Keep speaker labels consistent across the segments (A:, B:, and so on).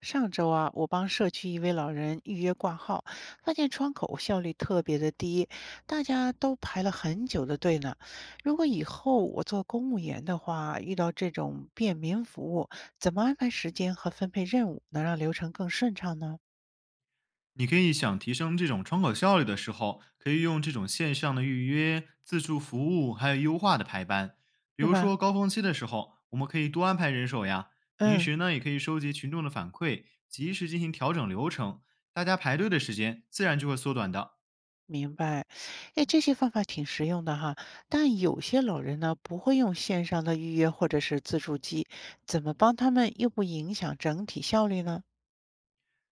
A: 上周啊，我帮社区一位老人预约挂号，发现窗口效率特别的低，大家都排了很久的队呢。如果以后我做公务员的话，遇到这种便民服务，怎么安排时间和分配任务，能让流程更顺畅呢？
B: 你可以想提升这种窗口效率的时候，可以用这种线上的预约、自助服务，还有优化的排班。比
A: 是
B: 如
A: 吧？
B: 说高峰期的时候，我们可以多安排人手呀。平
A: 嗯，
B: 时呢，也可以收集群众的反馈，及时进行调整流程，大家排队的时间自然就会缩短的。
A: 明白。哎，这些方法挺实用的哈，但有些老人呢不会用线上的预约或者是自助机，怎么帮他们又不影响整体效率呢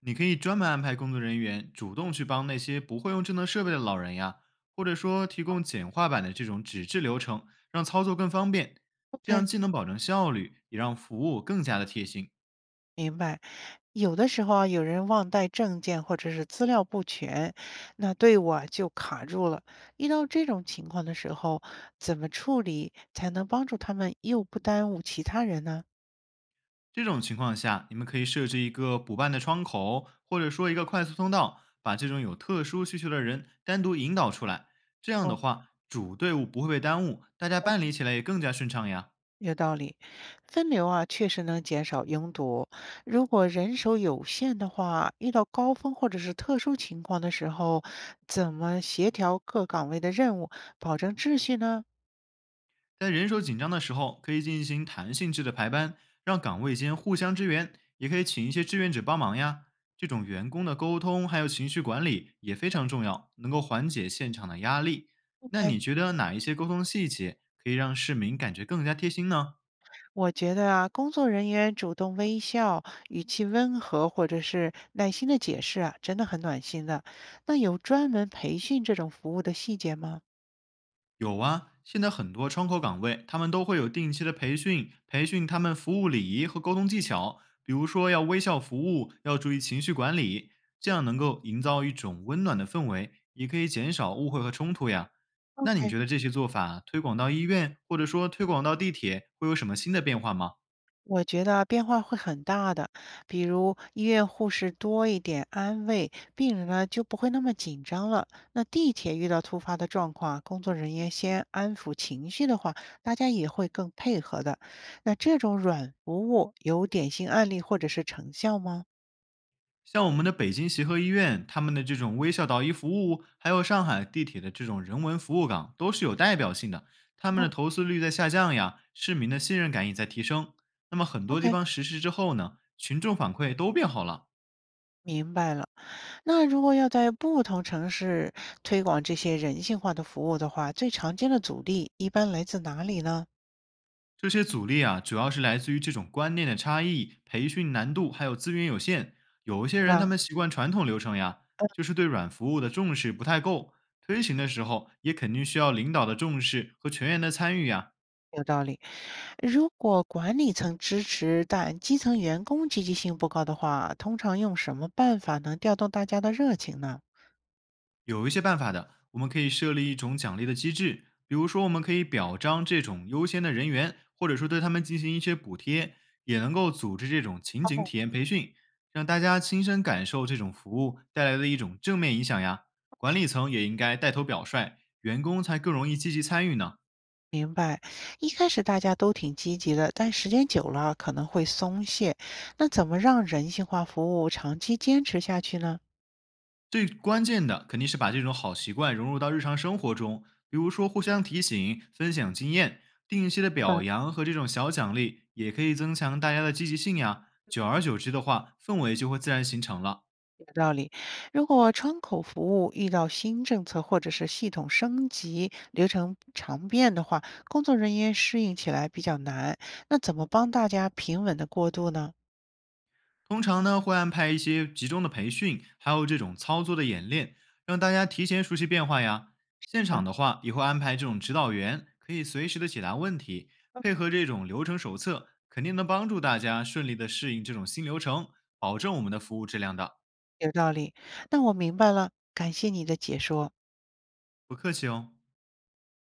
B: 你可以专门安排工作人员主动去帮那些不会用智能设备的老人呀，或者说提供简化版的这种纸质流程，让操作更方便。这样
A: ？OK。
B: 既能保证效率，也让服务更加的贴心。
A: 明白，有的时候啊，有人忘带证件或者是资料不全，那队伍啊就卡住了。遇到这种情况的时候，怎么处理才能帮助他们又不耽误其他人呢？
B: 这种情况下，你们可以设置一个补办的窗口，或者说一个快速通道，把这种有特殊需求的人单独引导出来。这样
A: 哦，
B: 的话，主队伍不会被耽误，大家
A: 嗯
B: 办理起来也更加顺畅呀。
A: 有道理，分流啊确实能减少拥堵。如果人手有限的话，遇到高峰或者是特殊情况的时候，怎么协调各岗位的任务，保证秩序呢
B: 在人手紧张的时候，可以进行弹性制的排班，让岗位间互相支援，也可以请一些志愿者帮忙呀。这种员工的沟通还有情绪管理也非常重要，能够缓解现场的压力。那
A: ？OK。
B: 你觉得哪一些沟通细节可以让市民感觉更加贴心呢？
A: 我觉得啊，工作人员主动微笑、语气温和，或者是耐心的解释啊，真的很暖心的。那有专门培训这种服务的细节吗
B: 有啊，现在很多窗口岗位，他们都会有定期的培训，培训他们服务礼仪和沟通技巧，比如说要微笑服务，要注意情绪管理，这样能够营造一种温暖的氛围，也可以减少误会和冲突呀。那你
A: ？OK，
B: 觉得这些做法推广到医院，或者说推广到地铁，会有什么新的变化吗？
A: 我觉得啊变化会很大的，比如医院护士多一点安慰，病人呢就不会那么紧张了。那地铁遇到突发的状况啊，工作人员先安抚情绪的话，大家也会更配合的。那这种软服务有典型案例或者是成效吗？
B: 像我们的北京协和医院，他们的这种微笑导医服务，还有上海地铁的这种人文服务岗，都是有代表性的。他们的
A: 哦
B: 投诉率在下降呀，市民的信任感也在提升。那么很多地
A: ，OK，
B: 方实施之后呢，群众反馈都变好了。
A: 明白了。那如果要在不同城市推广这些人性化的服务的话，最常见的阻力一般来自哪里呢？
B: 这些阻力啊，主要是来自于这种观念的差异、培训难度，还有资源有限。有一些
A: 是
B: 人
A: 吧？
B: 他们习惯传统流程呀，就是对软服务的重视不太够。推行的时候也肯定需要领导的重视和全员的参与呀、
A: 有道理。如果管理层支持，但基层员工积极性不高的话，通常用什么办法能调动大家的热情呢？
B: 有一些办法的，我们可以设立一种奖励的机制，比如说我们可以表彰这种优先的人员，或者说对他们进行一些补贴，也能够组织这种情景
A: 哦，
B: 体验培训，让大家亲身感受这种服务带来的一种正面影响呀。管理层也应该带头表率，员工才更容易积极参与呢。
A: 明白。一开始大家都挺积极的，但时间久了可能会松懈。那怎么让人性化服务长期坚持下去呢？
B: 最关键的肯定是把这种好习惯融入到日常生活中，比如说互相提醒、分享经验、定期的
A: 是吧？
B: 表扬和这种小奖励，也可以增强大家的积极性呀。久而久之的话，氛围就会自然形成了。
A: 有道理。如果窗口服务遇到新政策或者是系统升级、流程常变的话，工作人员适应起来比较难。那怎么帮大家平稳的过渡呢？
B: 通常呢会安排一些集中的培训，还有这种操作的演练，让大家提前熟悉变化呀。现
A: 啊，
B: 场的话也会安排这种指导员，可以随时的解答问题，配
A: 嗯
B: 合这种流程手册，肯定能帮助大家顺利的适应这种新流程，保证我们的服务质量的。
A: 有道理。那我明白了，感谢你的解说。
B: 不客气哦。